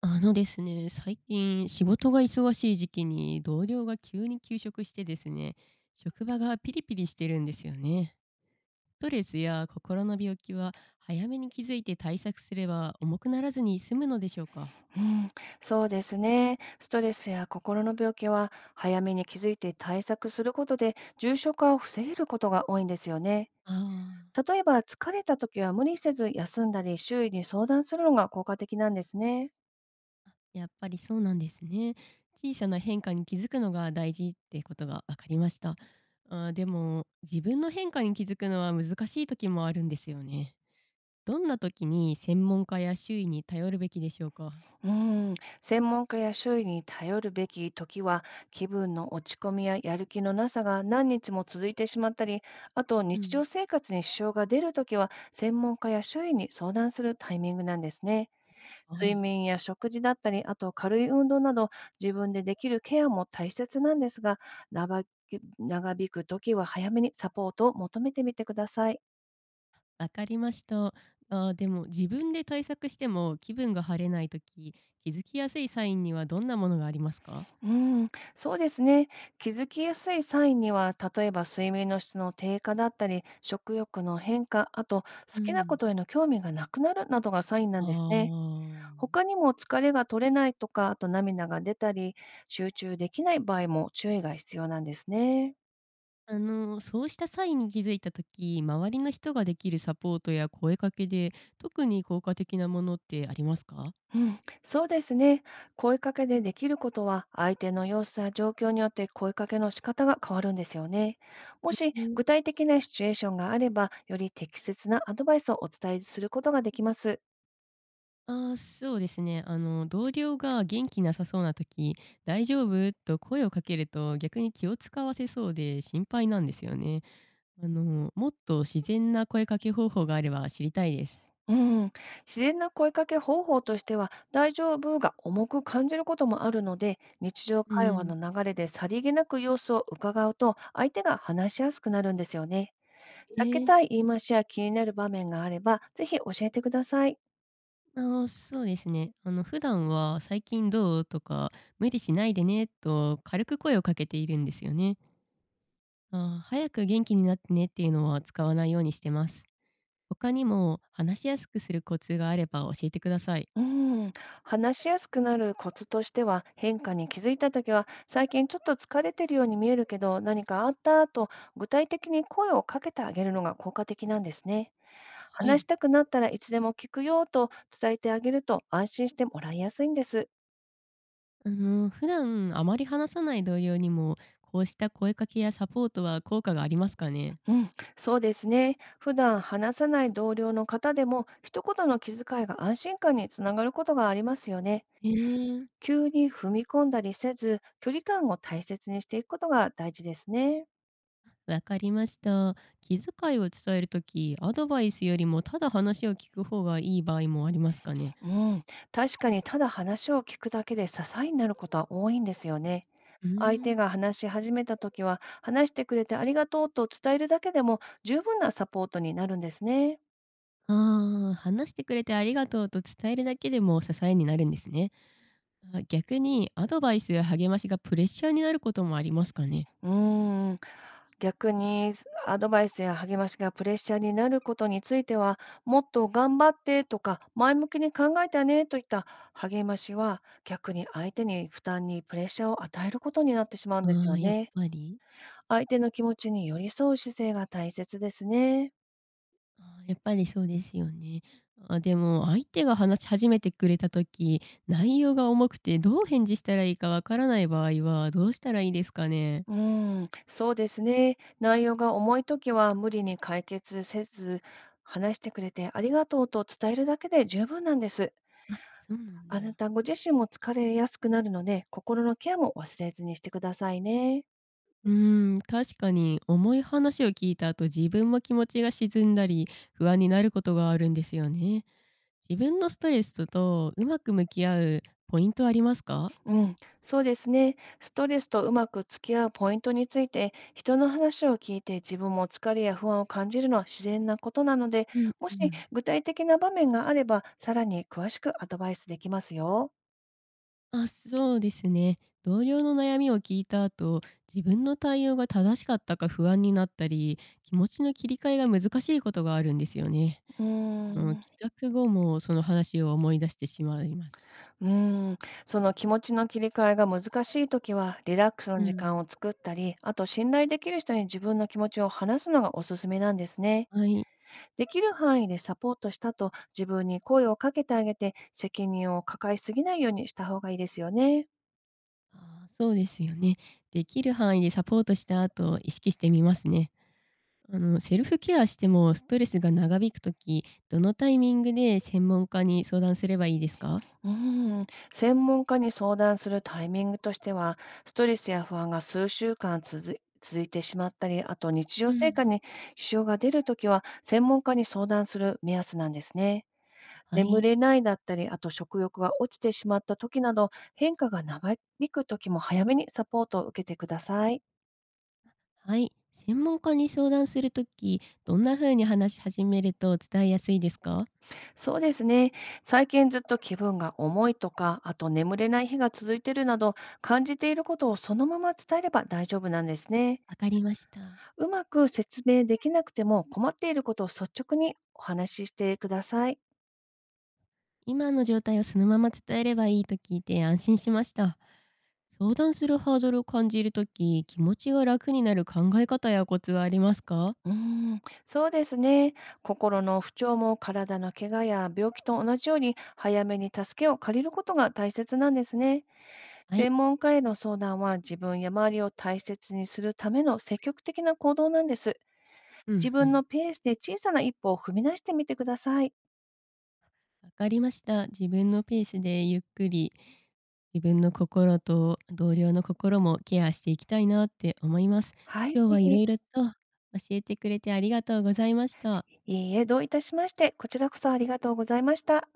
あのですね、最近仕事が忙しい時期に同僚が急に休職してですね、職場がピリピリしてるんですよね。ストレスや心の病気は早めに気づいて対策すれば重くならずに済むのでしょうか。うん、そうですね。ストレスや心の病気は早めに気づいて対策することで重症化を防げることが多いんですよね。ああ、例えば疲れた時は無理せず休んだり周囲に相談するのが効果的なんですね。やっぱりそうなんですね。小さな変化に気づくのが大事ってことが分かりました。あーでも自分の変化に気づくのは難しい時もあるんですよね。どんな時に専門家や周囲に頼るべきでしょうか。うん、専門家や周囲に頼るべき時は気分の落ち込みややる気のなさが何日も続いてしまったり、あとう日ん。常生活に支障が出る時は専門家や周囲に相談するタイミングなんですね。は睡い、眠や食事だったり、あと軽い運動など、自分でできるケアも大切なんですが、長引く時は早めにサポートを求めてみてください。わかりました。あ、でも自分で対策しても気分が晴れないとき、気づきやすいサインにはどんなものがありますか？うん、そうですね。気づきやすいサインには、例えば睡眠の質の低下だったり、食欲の変化、あと好うきなこん。とへの興味がなくなるなどがサインなあんですね。あ。他にも疲れが取れないとか、あと涙が出たり、集中できない場合も注意が必要なんですね。あの、そうしたサインに気づいたとき周りの人ができるサポートや声かけで、特に効果的なものってありますか？うん、そうですね。声かけでできることは、相手の様子や状況によって声かけの仕方が変わるんですよね。もうしん。具体的なシチュエーションがあれば、より適切なアドバイスをお伝えすることができます。ああ、そうですね。あの、同僚が元気なさそうなとき、大丈夫？」と声をかけると、逆に気を使わせそうで心配なんですよね。あの、もっと自然な声かけ方法があれば知りたいです。うん、自然な声かけ方法としては、大丈夫が重く感じることもあるので、日常う会話ん。の流れでさりげなく様子を伺うと、相手が話しやすくなるんですよね。え避けえ、たい言い回しや気になる場面があれば、ぜひ教えてください。あーそうですね。あの、普段は最近どうとか、無理しないでねと軽く声をかけているんですよね。あー早く元気になってねっていうのは使わないようにしてます。他にも話しやすくするコツがあれば教えてください。うん、話しやすくなるコツとしては、変化に気づいたときは、最近ちょっと疲れてるように見えるけど、何かあったと、具体的に声をかけてあげるのが効果的なんですね。は話い。したくなったらいつでも聞くよと伝えてあげると、安心してもらいやすいんです。あの、普段あまり話さない同僚にも、こうした声かけやサポートは効果がありますかね。うん、そうですね。普段話さない同僚の方でも、一言の気遣いが安心感につながることがありますよね。ええ、急に踏み込んだりせず、距離感を大切にしていくことが大事ですね。わかりました。気遣いを伝えるとき、アドバイスよりもただ話を聞く方がいい場合もありますかね。うん、確かにただ話を聞くだけで支えになることは多いんですよね。うー相手ん。が話し始めたときは、話してくれてありがとうと伝えるだけでも十分なサポートになるんですね。ああ、話してくれてありがとうと伝えるだけでも支えになるんですね。あ、逆にアドバイスや励ましがプレッシャーになることもありますかね。うーん、逆にアドバイスや励ましがプレッシャーになることについては、もっと頑張ってとか、前向きに考えたねといった励ましは、逆に相手に負担にプレッシャーを与えることになってしまうんですあよあ、やっね。ぱり。相手の気持ちに寄り添う姿勢が大切ですね。ああ、やっぱりそうですよね。あ、でも相手が話し始めてくれた時、内容が重くてどう返事したらいいかわからない場合はどうしたらいいですかね。うーん、そうですね。内容が重いときは無理に解決せず、話してくれてありがとうと伝えるだけで十分なんです。あ、そうなんあなだ。たご自身も疲れやすくなるので、心のケアも忘れずにしてくださいね。うーん、確かに重い話を聞いた後、自分も気持ちが沈んだり、不安になることがあるんですよね。自分のストレスとうまく向き合うポイントありますか？うん、そうですね。ストレスとうまく付き合うポイントについて、人の話を聞いて自分も疲れや不安を感じるのは自然なことなので、うんもうしん。具体的な場面があれば、さらに詳しくアドバイスできますよ。あ、そうですね。同僚の悩みを聞いた後、自分の対応が正しかったか不安になったり、気持ちの切り替えが難しいことがあるんですよね。うーあの、ん。帰宅後もその話を思い出してしまいます。うーん、その気持ちの切り替えが難しいときは、リラックスうの時間ん。を作ったり、あと信頼できる人に自分の気持ちを話すのがおすすめなんですね。はい。できる範囲でサポートしたと自分に声をかけてあげて、責任を抱えすぎないようにした方がいいですよね。ああ、そうですよね。できる範囲でサポートした後、意識してみますね。あの、セルフケアしてもストレスが長引くとき、どのタイミングで専門家に相談すればいいですか。うーん、専門家に相談するタイミングとしては、ストレスや不安が数週間続いてしまったり、あと日う常生ん、活に支障が出るときは、専門家に相談する目安なんですね。は眠い。れないだったり、あと食欲が落ちてしまった時など、変化が長引く時も早めにサポートを受けてください。はい。専門家に相談するとき、どんな風に話し始めると伝えやすいですか。そうですね。最近ずっと気分が重いとか、あと眠れない日が続いているなど、感じていることをそのまま伝えれば大丈夫なんですね。わかりました。うまく説明できなくても困っていることを率直にお話ししてください。今の状態をそのまま伝えればいいと聞いて安心しました。相談するハードルを感じるとき、気持ちが楽になる考え方やコツはありますか。うーん、そうですね。心の不調も体の怪我や病気と同じように早めに助けを借りることが大切なんですね。はい。専門家への相談は自分や周りを大切にするための積極的な行動なんです。う自んう分のん。ペースで小さな一歩を踏み出してみてください。わかりました。自分のペースでゆっくり、自分の心と同僚の心もケアしていきたいなって思います。はい、今日ぜはいろひ。いろと教えてくれてありがとうございました。いいえ、どういたしまして。こちらこそありがとうございました。